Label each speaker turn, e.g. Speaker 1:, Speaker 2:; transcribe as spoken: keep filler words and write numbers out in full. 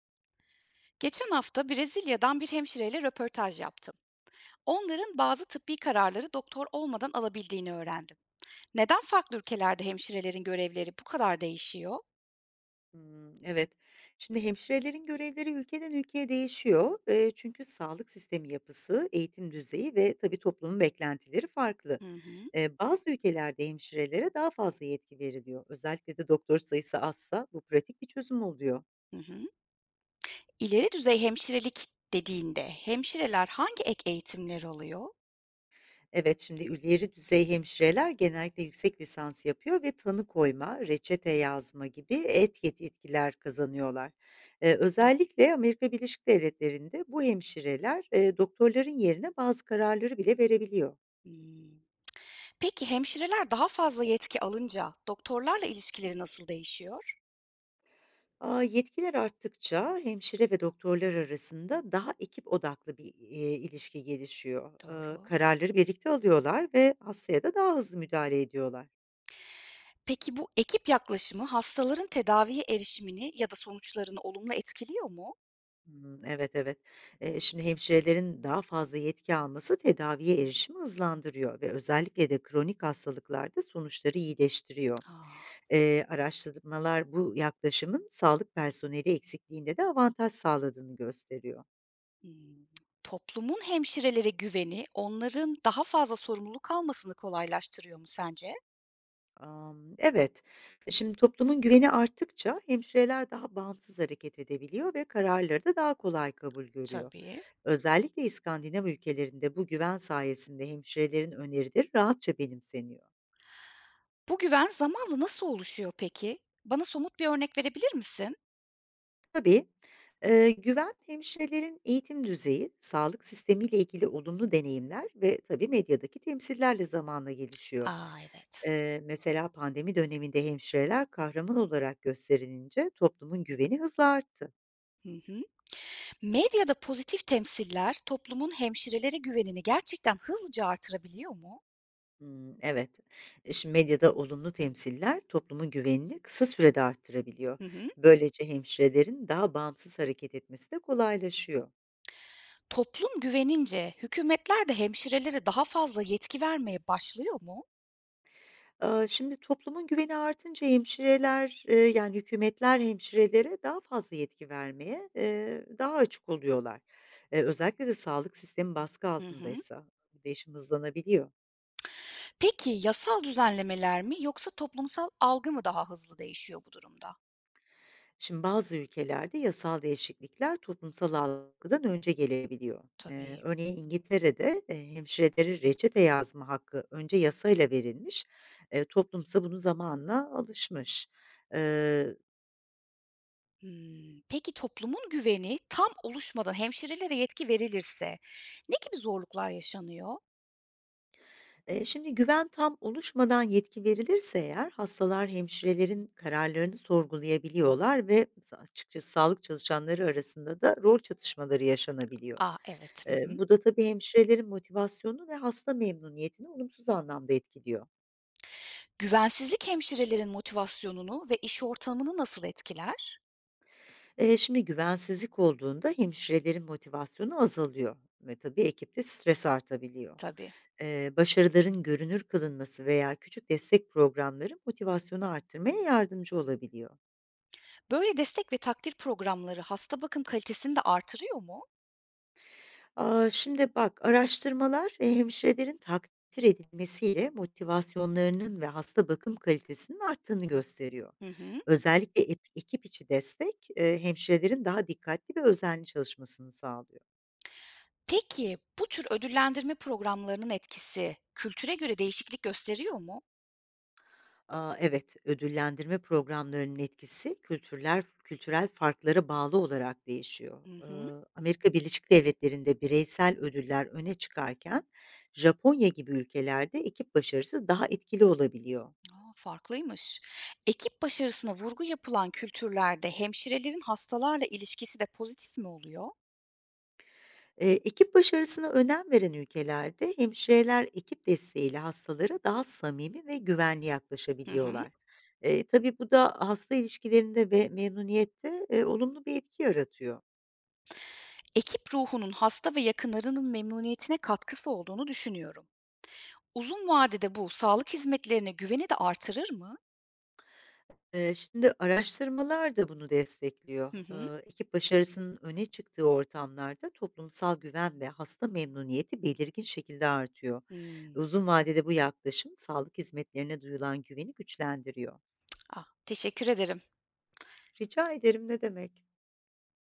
Speaker 1: Geçen hafta Brezilya'dan bir hemşireyle röportaj yaptım. Onların bazı tıbbi kararları doktor olmadan alabildiğini öğrendim. Neden farklı ülkelerde hemşirelerin görevleri bu kadar değişiyor?
Speaker 2: Hımm, evet. Şimdi hemşirelerin görevleri ülkeden ülkeye değişiyor. Eee, çünkü sağlık sistemi yapısı, eğitim düzeyi ve tabii toplumun beklentileri farklı.
Speaker 1: Hı hı,
Speaker 2: Eee, bazı ülkelerde hemşirelere daha fazla yetki veriliyor. Özellikle de doktor sayısı azsa bu pratik bir çözüm oluyor.
Speaker 1: hı hı. İleri düzey hemşirelik dediğinde hemşireler hangi ek eğitimler alıyor?
Speaker 2: Evet, şimdi ileri düzey hemşireler genellikle yüksek lisans yapıyor ve tanı koyma, reçete yazma gibi et yetkiler kazanıyorlar. Ee,
Speaker 1: Do-
Speaker 2: özellikle Amerika Birleşik Devletleri'nde bu hemşireler e, doktorların yerine bazı kararları bile verebiliyor.
Speaker 1: Hmm. Peki hemşireler daha fazla yetki alınca doktorlarla ilişkileri nasıl değişiyor?
Speaker 2: Aa, yetkiler arttıkça hemşire ve doktorlar arasında daha ekip odaklı bir e, ilişki gelişiyor. Ee,
Speaker 1: Doğru.
Speaker 2: kararları birlikte alıyorlar ve hastaya da daha hızlı müdahale ediyorlar.
Speaker 1: Peki bu ekip yaklaşımı hastaların tedaviye erişimini ya da sonuçlarını olumlu etkiliyor mu?
Speaker 2: Hımm, evet, evet. Eee, şimdi hemşirelerin daha fazla yetki alması tedaviye erişimi hızlandırıyor ve özellikle de kronik hastalıklarda sonuçları iyileştiriyor.
Speaker 1: Ah,
Speaker 2: Eee, araştırmalar bu yaklaşımın sağlık personeli eksikliğinde de avantaj sağladığını gösteriyor.
Speaker 1: hmm. Toplumun hemşirelere güveni onların daha fazla sorumluluk almasını kolaylaştırıyor mu sence?
Speaker 2: Amm, evet, şimdi toplumun güveni arttıkça hemşireler daha bağımsız hareket edebiliyor ve kararları da daha kolay kabul görüyor.
Speaker 1: Tabii.
Speaker 2: Özellikle İskandinav ülkelerinde bu güven sayesinde hemşirelerin önerileri rahatça benimseniyor.
Speaker 1: Bu güven zamanla nasıl oluşuyor peki? Bana somut bir örnek verebilir misin?
Speaker 2: Tabii. Eee, güven, hemşirelerin eğitim düzeyi, sağlık sistemiyle ilgili olumlu deneyimler ve tabii medyadaki temsillerle zamanla gelişiyor.
Speaker 1: Aa, evet.
Speaker 2: Eee, mesela pandemi döneminde hemşireler kahraman olarak gösterilince toplumun güveni hızla arttı.
Speaker 1: Hı hı. Medyada pozitif temsiller toplumun hemşirelere güvenini gerçekten hızlıca artırabiliyor mu?
Speaker 2: Hmm, evet. E, Şimdi medyada olumlu temsiller toplumun güvenini kısa sürede arttırabiliyor.
Speaker 1: Hı hı.
Speaker 2: Böylece hemşirelerin daha bağımsız hareket etmesi de kolaylaşıyor.
Speaker 1: Toplum güvenince hükümetler de hemşirelere daha fazla yetki vermeye başlıyor mu?
Speaker 2: Aaa, şimdi toplumun güveni artınca hemşireler, eee, yani, hükümetler hemşirelere daha fazla yetki vermeye, eee, daha açık oluyorlar. Eee, özellikle de sağlık sistemi baskı
Speaker 1: Hı hı.
Speaker 2: altındaysa bu değişim hızlanabiliyor.
Speaker 1: Peki yasal düzenlemeler mi yoksa toplumsal algı mı daha hızlı değişiyor bu durumda?
Speaker 2: Şimdi bazı ülkelerde yasal değişiklikler toplumsal algıdan önce gelebiliyor. Eee,
Speaker 1: Tabii.
Speaker 2: örneğin İngiltere'de, eee, hemşirelere reçete yazma hakkı önce yasayla verilmiş, eee, toplumsa bunu zamanla alışmış. Eee
Speaker 1: Hmm, peki toplumun güveni tam oluşmadan hemşirelere yetki verilirse ne gibi zorluklar yaşanıyor?
Speaker 2: Eee, şimdi güven tam oluşmadan yetki verilirse eğer hastalar hemşirelerin kararlarını sorgulayabiliyorlar ve sa- açıkçası sağlık çalışanları arasında da rol çatışmaları yaşanabiliyor.
Speaker 1: Aa, evet. Hı
Speaker 2: Eee,
Speaker 1: hı.
Speaker 2: bu da tabii hemşirelerin motivasyonunu ve hasta memnuniyetini olumsuz anlamda etkiliyor.
Speaker 1: Güvensizlik hemşirelerin motivasyonunu ve iş ortamını nasıl etkiler?
Speaker 2: Eee, şimdi güvensizlik olduğunda hemşirelerin motivasyonu azalıyor ve tabii ekipte stres artabiliyor.
Speaker 1: Tabii.
Speaker 2: Eee, başarıların görünür kılınması veya küçük destek programları motivasyonu arttırmaya yardımcı olabiliyor.
Speaker 1: Böyle destek ve takdir programları hasta bakım kalitesini de artırıyor mu?
Speaker 2: Aaa, şimdi bak, araştırmalar, eee, hemşirelerin takdir edilmesiyle motivasyonlarının ve hasta bakım kalitesinin arttığını gösteriyor.
Speaker 1: Hı hı.
Speaker 2: Özellikle ep ekip içi destek, eee, hemşirelerin daha dikkatli ve özenli çalışmasını sağlıyor.
Speaker 1: Peki bu tür ödüllendirme programlarının etkisi kültüre göre değişiklik gösteriyor mu?
Speaker 2: Aaa, evet, ödüllendirme programlarının etkisi kültürler kültürel farklara bağlı olarak değişiyor.
Speaker 1: Hı hı.
Speaker 2: Iıı, Amerika Birleşik Devletleri'nde bireysel ödüller öne çıkarken Japonya gibi ülkelerde ekip başarısı daha etkili olabiliyor.
Speaker 1: Aa, farklıymış. Ekip başarısına vurgu yapılan kültürlerde hemşirelerin hastalarla ilişkisi de pozitif mi oluyor?
Speaker 2: Eee, ekip başarısına önem veren ülkelerde hemşireler ekip desteğiyle hastalara daha samimi ve güvenli
Speaker 1: Hı hı.
Speaker 2: yaklaşabiliyorlar. Eee, tabii bu da hasta ilişkilerinde ve memnuniyette, eee, olumlu bir etki yaratıyor.
Speaker 1: Ekip ruhunun hasta ve yakınlarının memnuniyetine katkısı olduğunu düşünüyorum. Uzun vadede bu sağlık hizmetlerine güveni de artırır mı?
Speaker 2: Eee, şimdi araştırmalar da bunu destekliyor.
Speaker 1: Hı hı.
Speaker 2: Eee, ekip başarısının öne çıktığı ortamlarda toplumsal güven ve hasta memnuniyeti belirgin şekilde artıyor.
Speaker 1: Hımm.
Speaker 2: Uzun vadede bu yaklaşım sağlık hizmetlerine duyulan güveni güçlendiriyor.
Speaker 1: Ah, teşekkür ederim.
Speaker 2: Rica ederim ne demek.